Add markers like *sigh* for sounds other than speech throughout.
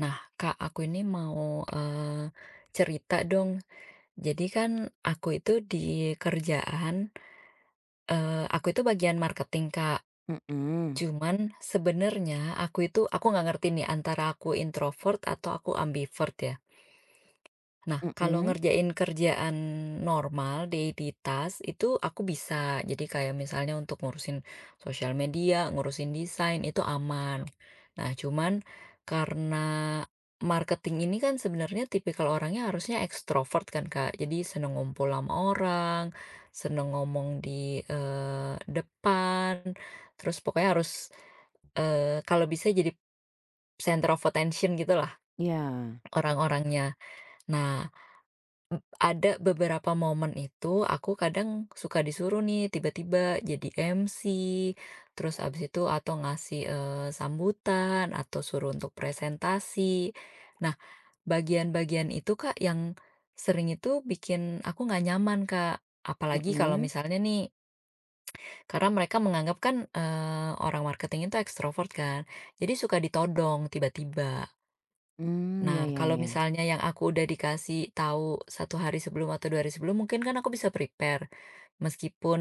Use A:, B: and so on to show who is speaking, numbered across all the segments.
A: Nah, Kak, aku ini mau, cerita dong. Jadi kan aku itu di kerjaan, aku itu bagian marketing, Kak.
B: Mhm,
A: Cuman sebenarnya aku nggak ngerti nih antara aku introvert atau aku ambivert ya. Nah, kalau
B: mhm,
A: ngerjain kerjaan normal, daily task, itu aku bisa. Jadi kayak misalnya untuk ngurusin sosial media, ngurusin desain, itu aman. Nah, cuman karena marketing ini kan sebenarnya tipikal orangnya harusnya ekstrovert kan, Kak. Jadi seneng ngumpul sama orang, seneng ngomong di eh, depan, terus pokoknya harus kalau bisa jadi center of attention gitu lah
B: iya,
A: orang-orangnya. Nah, ada beberapa momen itu aku kadang suka disuruh nih tiba-tiba jadi MC, terus abis itu atau ngasih, sambutan atau suruh untuk presentasi. Nah, bagian-bagian itu, Kak, yang sering itu bikin aku nggak nyaman, Kak. Apalagi kalau
B: mhm,
A: misalnya nih karena mereka menganggap kan, orang marketing itu ekstrovert kan, jadi suka ditodong tiba-tiba.
B: mmm,
A: Nah,
B: iya iya
A: kalau
B: iya,
A: misalnya yang aku udah dikasih tahu 1 hari sebelum atau 2 hari sebelum, mungkin kan aku bisa prepare, meskipun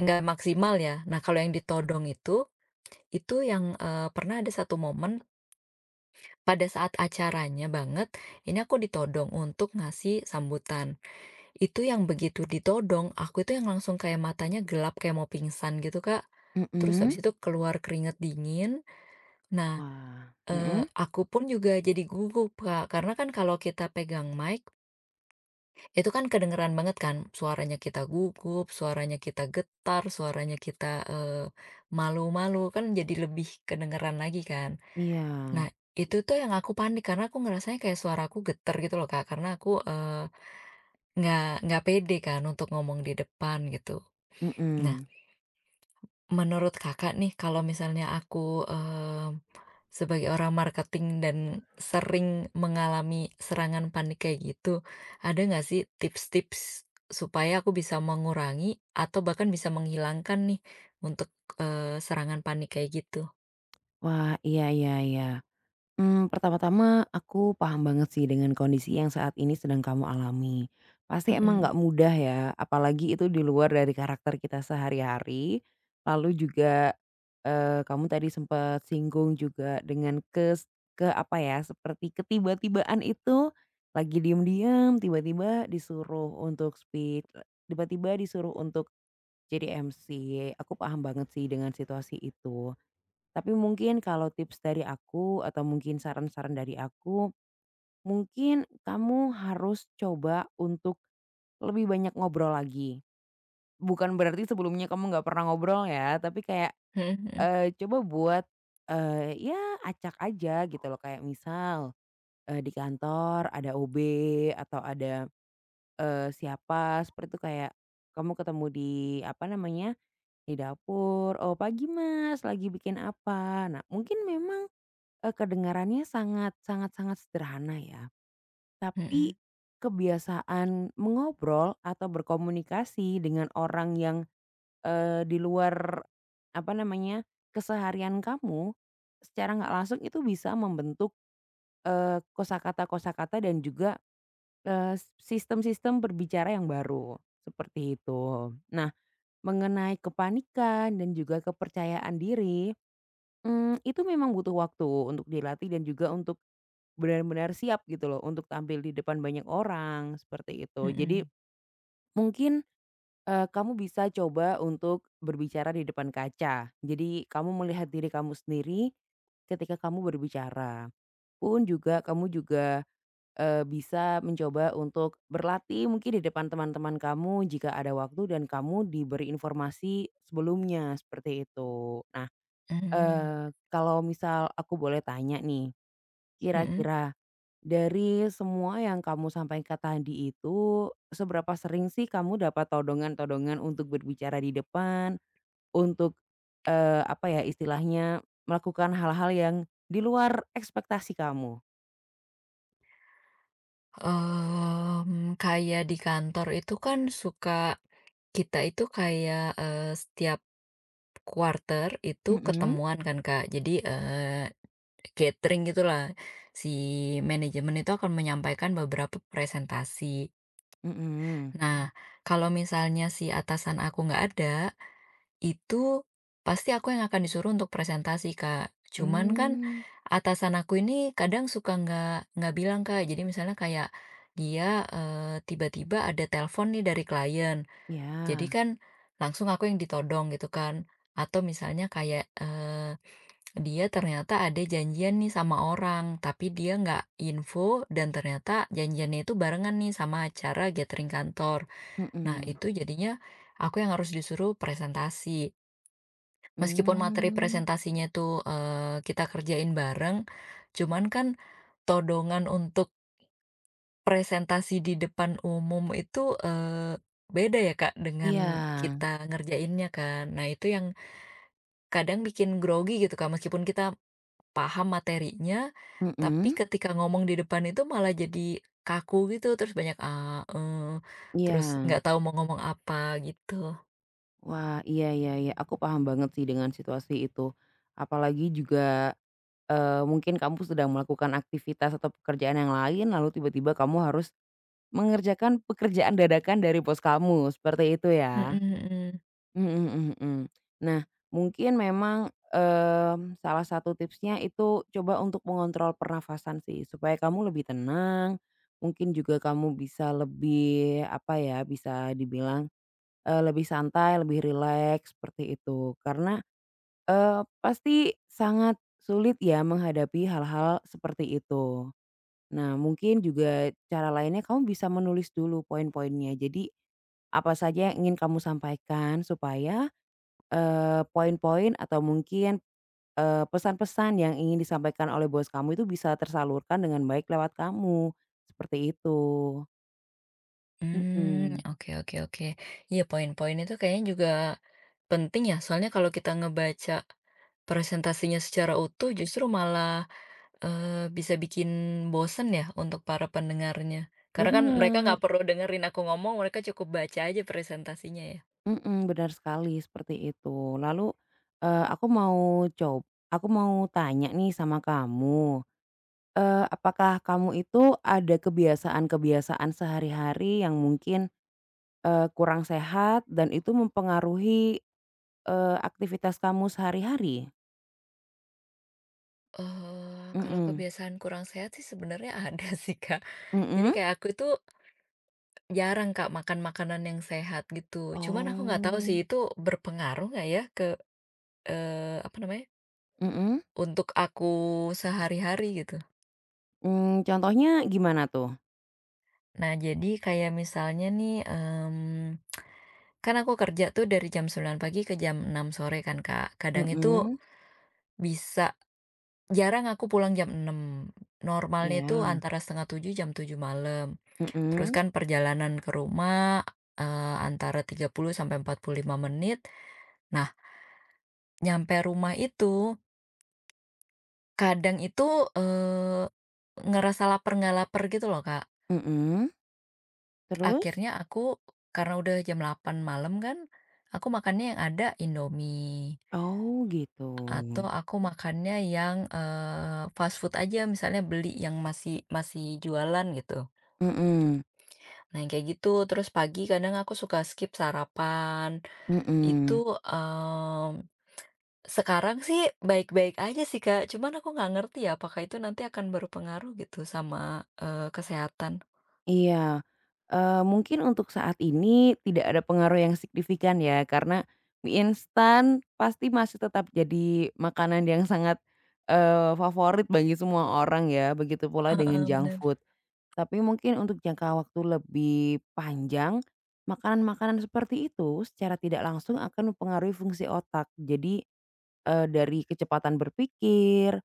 A: nggak maksimal ya. Nah, kalau yang ditodong itu yang, pernah ada satu momen pada saat acaranya banget, ini aku ditodong untuk ngasih sambutan. Itu yang begitu ditodong, aku itu yang langsung kayak matanya gelap kayak mau pingsan gitu, Kak. Terus
B: mhm,
A: habis itu keluar keringat dingin. Nah,
B: wah, mhm,
A: aku pun juga jadi gugup, Kak, karena kan kalau kita pegang mic, itu kan kedengeran banget kan, suaranya kita gugup, suaranya kita getar, suaranya kita, eee, malu-malu, kan jadi lebih kedengeran lagi kan.
B: iya,
A: Nah, itu tuh yang aku panik karena aku ngerasanya kayak suaraku getar gitu loh, Kak, karena aku, nggak pede kan untuk ngomong di depan gitu. Nah,
B: mhm,
A: menurut Kakak nih kalau misalnya aku, mmm sebagai orang marketing dan sering mengalami serangan panik kayak gitu, ada nggak sih tips-tips supaya aku bisa mengurangi atau bahkan bisa menghilangkan nih untuk, serangan panik kayak gitu?
B: wah, iya iya iya. Pertama-tama aku paham banget sih dengan kondisi yang saat ini sedang kamu alami. Pasti emang
A: Mhm,
B: nggak mudah ya, apalagi itu di luar dari karakter kita sehari-hari. Lalu juga, kamu tadi sempat singgung juga dengan ke apa ya, seperti ketiba-tibaan itu, lagi diem-diem tiba-tiba disuruh untuk tiba-tiba disuruh untuk jadi MC. Aku paham banget sih dengan situasi itu. Tapi mungkin kalau tips dari aku atau mungkin saran-saran dari aku, mungkin kamu harus coba untuk lebih banyak ngobrol lagi. Bukan berarti sebelumnya kamu nggak pernah ngobrol ya, tapi kayak,
A: mhm
B: coba buat, ya acak aja gitu loh. Kayak misal, di kantor ada OB atau ada, siapa seperti itu kayak kamu ketemu di apa namanya, di dapur, "Oh pagi Mas, lagi bikin apa?" Nah, mungkin memang kedengarannya sangat sangat sangat sederhana ya,
A: mhm
B: tapi kebiasaan mengobrol atau berkomunikasi dengan orang yang, di luar, apa namanya, keseharian kamu, secara nggak langsung itu bisa membentuk, kosakata-kosakata dan juga, eee, sistem-sistem berbicara yang baru, seperti itu. Nah, mengenai kepanikan dan juga kepercayaan diri, itu memang butuh waktu untuk dilatih dan juga untuk benar-benar siap gitu loh untuk tampil di depan banyak orang, seperti itu.
A: mhm
B: Jadi
A: mhm,
B: mungkin, kamu bisa coba untuk berbicara di depan kaca. Jadi kamu melihat diri kamu sendiri ketika kamu berbicara, pun juga kamu juga, bisa mencoba untuk berlatih mungkin di depan teman-teman kamu jika ada waktu dan kamu diberi informasi sebelumnya, seperti itu. Nah,
A: mmm,
B: kalau misal aku boleh tanya nih,
A: mhm.
B: kira-kira dari semua yang kamu sampaikan tadi itu, seberapa sering sih kamu dapat todongan-todongan untuk berbicara di depan, untuk, apa ya istilahnya, melakukan hal-hal yang di luar ekspektasi kamu?
A: Kayak di kantor itu kan suka kita itu kayak, setiap quarter itu
B: Mhm.
A: ketemuan kan, Kak. Jadi, catering gitulah, si manajemen itu akan menyampaikan beberapa presentasi.
B: Mhm.
A: Nah, kalau misalnya si atasan aku nggak ada, itu pasti aku yang akan disuruh untuk presentasi, Kak. Cuman kan
B: Mmm.
A: atasan aku ini kadang suka nggak bilang, Kak. Jadi misalnya kayak dia tiba-tiba ada telepon nih dari klien. Jadi
B: Iya.
A: kan langsung aku yang ditodong gitu kan. Atau misalnya kayak dia ternyata ada janjian nih sama orang, tapi dia nggak info dan ternyata janjiannya itu barengan nih sama acara gathering kantor. Nah,
B: Mhm.
A: itu jadinya aku yang harus disuruh presentasi. Meskipun materi presentasinya itu kita kerjain bareng, cuman kan todongan untuk presentasi di depan umum itu beda ya Kak
B: ya,
A: dengan
B: Iya.
A: kita ngerjainnya kan. Nah, itu yang kadang bikin grogi gitu Kak, meskipun kita paham materinya, tapi
B: Mhm.
A: ketika ngomong di depan itu malah jadi kaku gitu, terus banyak, "Ah," "eh," terus
B: Ya.
A: nggak tahu mau ngomong apa gitu.
B: Wah, iya iya iya, aku paham banget sih dengan situasi itu. Apalagi juga mungkin kamu sedang melakukan aktivitas atau pekerjaan yang lain, lalu tiba-tiba kamu harus mengerjakan pekerjaan dadakan dari bos kamu, seperti itu
A: Mhm
B: ya?
A: mhm.
B: Mhm mhm mhm. Nah, mungkin memang, salah satu tipsnya itu coba untuk mengontrol pernafasan sih, supaya kamu lebih tenang, mungkin juga kamu bisa lebih, apa ya, bisa dibilang, lebih santai, lebih rileks, seperti itu. Karena pasti sangat sulit ya menghadapi hal-hal seperti itu. Nah, mungkin juga cara lainnya kamu bisa menulis dulu poin-poinnya. Jadi, apa saja yang ingin kamu sampaikan supaya, poin-poin atau mungkin, pesan-pesan yang ingin disampaikan oleh bos kamu itu bisa tersalurkan dengan baik lewat kamu, seperti itu.
A: Hmm,
B: Mhm,
A: oke oke oke. Iya, poin-poin itu kayaknya juga penting ya, soalnya kalau kita ngebaca presentasinya secara utuh justru malah, bisa bikin bosen ya untuk para pendengarnya. Karena kan mereka
B: benar.
A: nggak perlu dengerin aku ngomong, mereka cukup baca aja presentasinya ya.
B: Mhm, benar sekali seperti itu. Lalu, eee, aku mau coba aku mau tanya nih sama kamu, apakah kamu itu ada kebiasaan-kebiasaan sehari-hari yang mungkin, kurang sehat dan itu mempengaruhi, aktivitas kamu sehari-hari?
A: Kalau
B: Mhm.
A: kebiasaan kurang sehat sih sebenarnya ada *laughs* sih, Kak. Jadi
B: Mhm?
A: kayak aku itu jarang, Kak, makan makanan yang sehat gitu. Cuman aku nggak tahu sih
B: Oh.
A: itu berpengaruh nggak ya ke, apa namanya,
B: Mhm?
A: untuk aku sehari-hari gitu.
B: Contohnya gimana tuh?
A: Nah, jadi kayak misalnya nih, kan aku kerja tuh dari jam 9 pagi ke jam 6 sore kan, Kak. Kadang itu
B: Mhm.
A: bisa jarang aku pulang jam 6. Normalnya itu
B: Iya.
A: antara setengah tujuh jam 7 malam. Terus
B: Mhm.
A: kan perjalanan ke rumah, antara 30 sampai 45 menit. Nah, nyampe rumah itu, kadang itu, eee, ngerasa lapar nggak lapar gitu loh, Kak.
B: Mhm. Terus?
A: Akhirnya aku karena udah jam 8 malam kan, aku makannya yang ada Indomie,
B: Oh,
A: atau
B: gitu.
A: aku makannya yang, fast food aja, misalnya beli yang masih masih jualan gitu.
B: Mhm.
A: Nah, yang kayak gitu. Terus pagi kadang aku suka skip sarapan, itu,
B: Mhm,
A: mmm Sekarang sih baik-baik aja sih, Kak, cuman aku nggak ngerti ya apakah itu nanti akan berpengaruh gitu sama, kesehatan.
B: iya, mungkin untuk saat ini tidak ada pengaruh yang signifikan ya karena mie instan pasti masih tetap jadi makanan yang sangat, favorit bagi semua orang ya, begitu pula dengan
A: Heeh,
B: junk
A: bener.
B: food. Tapi mungkin untuk jangka waktu lebih panjang, makanan-makanan seperti itu secara tidak langsung akan mempengaruhi fungsi otak. Jadi, dari kecepatan berpikir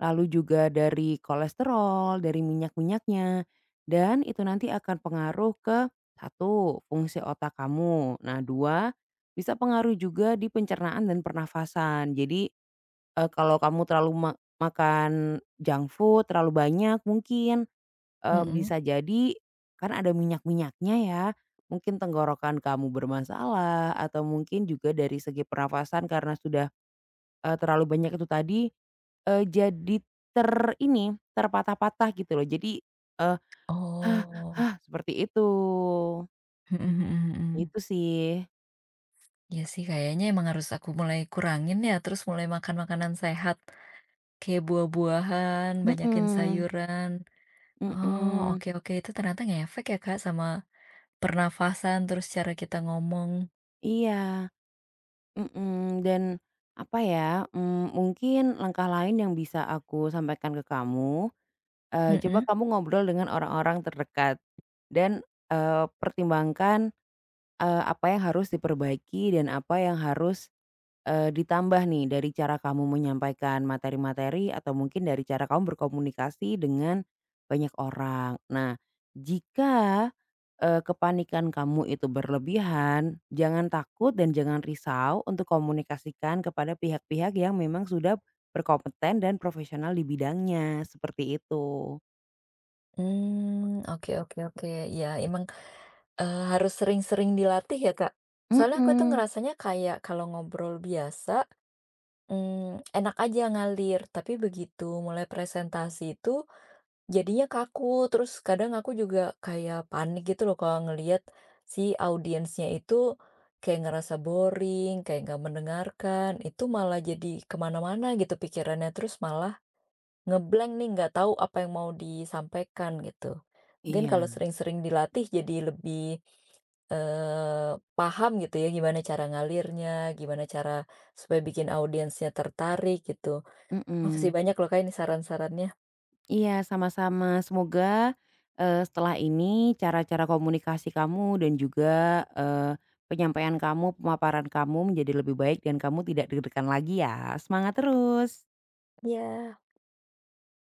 B: lalu juga dari kolesterol, dari minyak-minyaknya, dan itu nanti akan pengaruh ke satu fungsi otak kamu. Nah, dua bisa pengaruh juga di pencernaan dan pernafasan. Jadi kalau kamu terlalu makan junk food terlalu banyak mungkin
A: Mhm.
B: bisa jadi kan ada minyak-minyaknya ya. Mungkin tenggorokan kamu bermasalah atau mungkin juga dari segi pernafasan karena sudah terlalu banyak itu tadi, jadi ter terpatah-patah gitu loh. Jadi, eee,
A: Oh.
B: seperti itu.
A: Mhm mhm mhm.
B: Itu sih.
A: Iya sih kayaknya emang harus aku mulai kurangin ya, terus mulai makan makanan sehat, kayak buah-buahan, banyakin
B: Mhm
A: sayuran. Oh,
B: mhm.
A: oke oke, itu ternyata ngefek ya, Kak, sama pernafasan, terus cara kita ngomong.
B: Iya, mhm, dan apa ya, mungkin langkah lain yang bisa aku sampaikan ke kamu, coba
A: Mhm.
B: kamu ngobrol dengan orang-orang terdekat dan, pertimbangkan, apa yang harus diperbaiki dan apa yang harus ditambah nih dari cara kamu menyampaikan materi-materi atau mungkin dari cara kamu berkomunikasi dengan banyak orang. Nah, jika, kepanikan kamu itu berlebihan, jangan takut dan jangan risau untuk komunikasikan kepada pihak-pihak yang memang sudah berkompeten dan profesional di bidangnya, seperti itu.
A: Mmm, oke oke oke, ya emang harus sering-sering dilatih ya, Kak? Soalnya aku tuh
B: Mhm,
A: ngerasanya kayak kalau ngobrol biasa, enak aja ngalir, tapi begitu mulai presentasi itu jadinya kaku, terus kadang aku juga kayak panik gitu loh kalau ngelihat si audiensnya itu kayak ngerasa boring, kayak nggak mendengarkan, itu malah jadi kemana mana gitu pikirannya, terus malah nge nih, nggak tahu apa yang mau disampaikan gitu. Mungkin
B: iya,
A: kalau sering-sering dilatih jadi lebih, eee, paham gitu ya gimana cara ngalirnya, gimana cara supaya bikin audiensnya tertarik gitu. Makasih
B: mhm.
A: banyak loh Kak ini saran-sarannya.
B: Iya, sama-sama. Semoga, setelah ini cara-cara komunikasi kamu dan juga, penyampaian kamu, pemaparan kamu menjadi lebih baik dan kamu tidak deg-degan lagi ya. Semangat terus.
A: Ya.